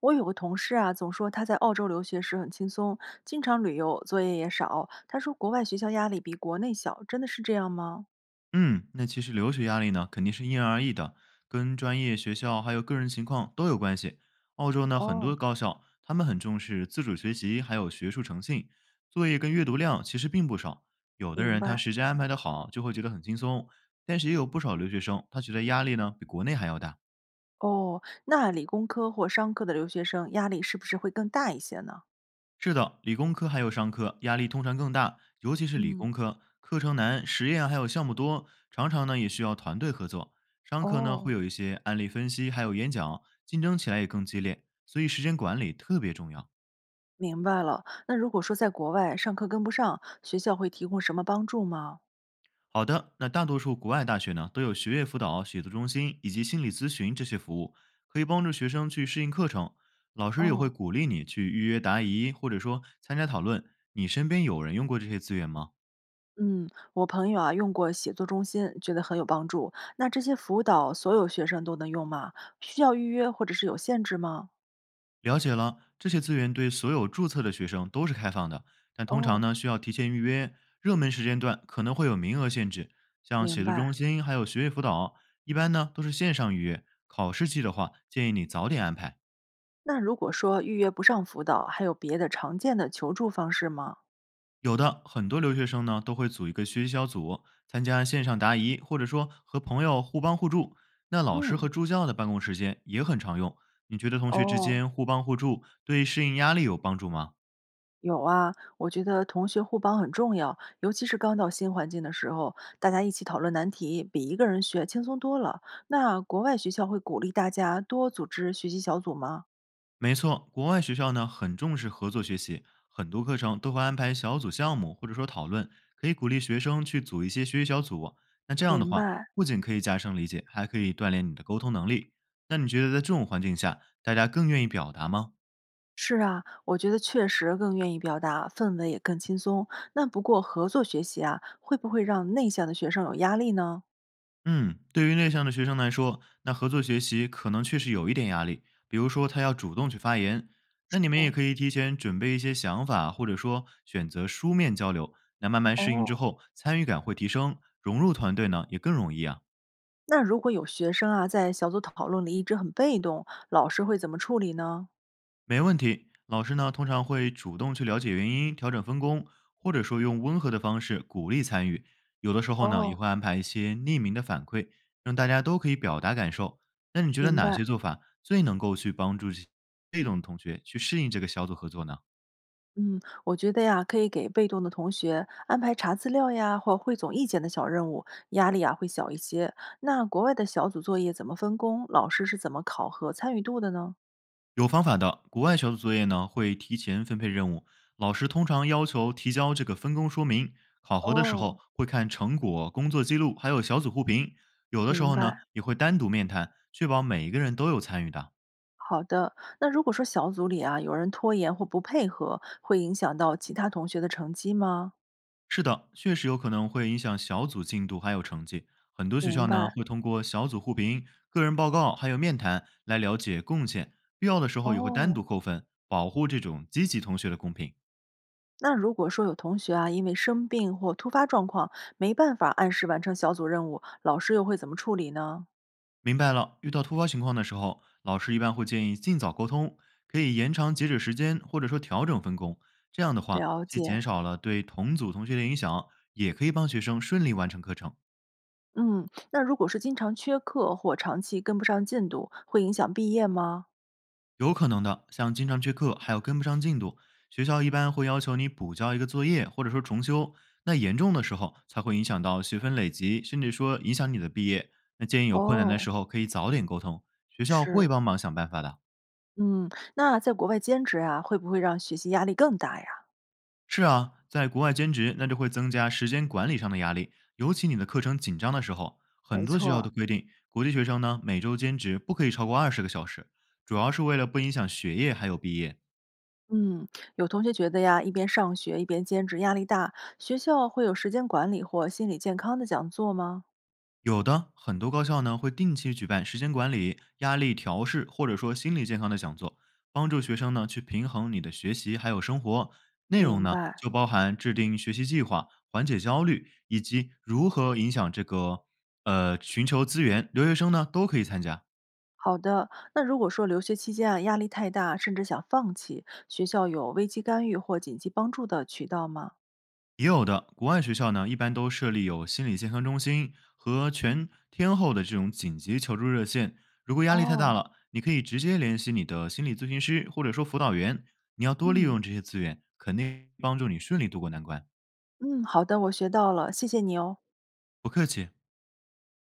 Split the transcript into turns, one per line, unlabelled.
我有个同事啊，总说他在澳洲留学时很轻松，经常旅游，作业也少。他说国外学校压力比国内小，真的是这样吗？
嗯，那其实留学压力呢，肯定是因人而异的，跟专业、学校还有个人情况都有关系。澳洲呢，很
哦，
多高校他们很重视自主学习，还有学术诚信，作业跟阅读量其实并不少。有的
明
人他
白。
时间安排的好，就会觉得很轻松，但是也有不少留学生他觉得压力呢比国内还要大。
哦，那理工科或商科的留学生压力是不是会更大一些呢？
是的，理工科还有商科压力通常更大，尤其是理
嗯，
工科，课程难，实验还有项目多，常常呢也需要团队合作。商科呢会
哦，
有一些案例分析，还有演讲，竞争起来也更激烈，所以时间管理特别重要。
明白了。那如果说在国外上课跟不上，学校会提供什么帮助吗？
好的，那大多数国外大学呢都有学业辅导、写作中心以及心理咨询这些服务，可以帮助学生去适应课程。老师也会
哦。
鼓励你去预约答疑，或者说参加讨论。你身边有人用过这些资源吗？
嗯，我朋友啊用过写作中心，觉得很有帮助。那这些辅导所有学生都能用吗？需要预约或者是有限制吗？
了解了，这些资源对所有注册的学生都是开放的，但通常
哦，
呢需要提前预约。热门时间段可能会有名额限制，像
明
写作中
白。
心还有学业辅导，一般呢都是线上预约。考试季的话，建议你早点安排。
那如果说预约不上辅导，还有别的常见的求助方式吗？
有的很多留学生呢都会组一个学习小组，参加线上答疑，或者说和朋友互帮互助。那老师和
嗯，
助教的办公时间也很常用。你觉得同学之
哦，
间互帮互助对适应压力有帮助吗？
有啊，我觉得同学互帮很重要，尤其是刚到新环境的时候，大家一起讨论难题，比一个人学轻松多了。那国外学校会鼓励大家多组织学习小组吗？
没错，国外学校呢很重视合作学习，很多课程都会安排小组项目或者说讨论，可以鼓励学生去组一些学习小组。那这样的
明
话，
白。
不仅可以加深理解，还可以锻炼你的沟通能力。那你觉得在这种环境下，大家更愿意表达吗？
是啊，我觉得确实更愿意表达，氛围也更轻松。那不过合作学习啊，会不会让内向的学生有压力呢？
嗯，对于内向的学生来说，那合作学习可能确实有一点压力，比如说他要主动去发言。那你们也
嗯
可以提前准备一些想法，或者说选择书面交流。那慢慢适应之
哦，
后，参与感会提升，融入团队呢也更容易啊。
那如果有学生啊，在小组讨论里一直很被动，老师会怎么处理呢？
没问题。老师呢，通常会主动去了解原因，调整分工，或者说用温和的方式鼓励参与。有的时候呢，也
哦，
会安排一些匿名的反馈，让大家都可以表达感受。那你觉得
明
哪
白。
些做法最能够去帮助这些被动的同学去适应这个小组合作呢？
嗯，我觉得呀，可以给被动的同学安排查资料呀，或汇总意见的小任务，压力啊会小一些。那国外的小组作业怎么分工？老师是怎么考核参与度的呢？
有方法的，国外小组作业呢会提前分配任务，老师通常要求提交这个分工说明，考核的时候
哦，
会看成果、工作记录，还有小组互评，有的时
明
候呢
白。
也会单独面谈，确保每一个人都有参与的。
好的，那如果说小组里啊有人拖延或不配合，会影响到其他同学的成绩吗？
是的，确实有可能会影响小组进度还有成绩。很多学
明
校呢
白。
会通过小组互评、个人报告还有面谈来了解贡献，必要的时候也会单
哦，
独扣分，保护这种积极同学的公平。
那如果说有同学啊，因为生病或突发状况，没办法按时完成小组任务，老师又会怎么处理呢？
明白了，遇到突发情况的时候，老师一般会建议尽早沟通，可以延长截止时间，或者说调整分工。这样的话，
了
既
解，
减少了对同组同学的影响，也可以帮学生顺利完成课程。
嗯，那如果是经常缺课或长期跟不上进度，会影响毕业吗？
有可能的，像经常缺课，还有跟不上进度，学校一般会要求你补交一个作业，或者说重修。那严重的时候，才会影响到学分累积，甚至说影响你的毕业。那建议有困难的
哦，
时候，可以早点沟通，学校会
是，
帮忙想办法的。
嗯，那在国外兼职啊，会不会让学习压力更大呀？
是啊，在国外兼职，那就会增加时间管理上的压力，尤其你的课程紧张的时候，
没
很多学
错
校都
儿，
规定，国际学生呢每周兼职不可以超过20个小时，主要是为了不影响学业还有毕业。
嗯，有同学觉得呀，一边上学一边兼职压力大，学校会有时间管理或心理健康的讲座吗？
有的，很多高校呢会定期举办时间管理、压力调试或者说心理健康的讲座，帮助学生呢去平衡你的学习还有生活。内容
明
呢
白。
就包含制定学习计划、缓解焦虑以及如何影响这个寻求资源，留学生呢都可以参加。
好的，那如果说留学期间啊压力太大，甚至想放弃，学校有危机干预或紧急帮助的渠道吗？
也有的，国外学校呢，一般都设立有心理健康中心和全天候的这种紧急求助热线。如果压力太大
哦，
了，你可以直接联系你的心理咨询师或者说辅导员。你要多利
嗯
用这些资源，肯定帮助你顺利度过难关。
嗯，好的，我学到了，谢谢你哦。
不客气。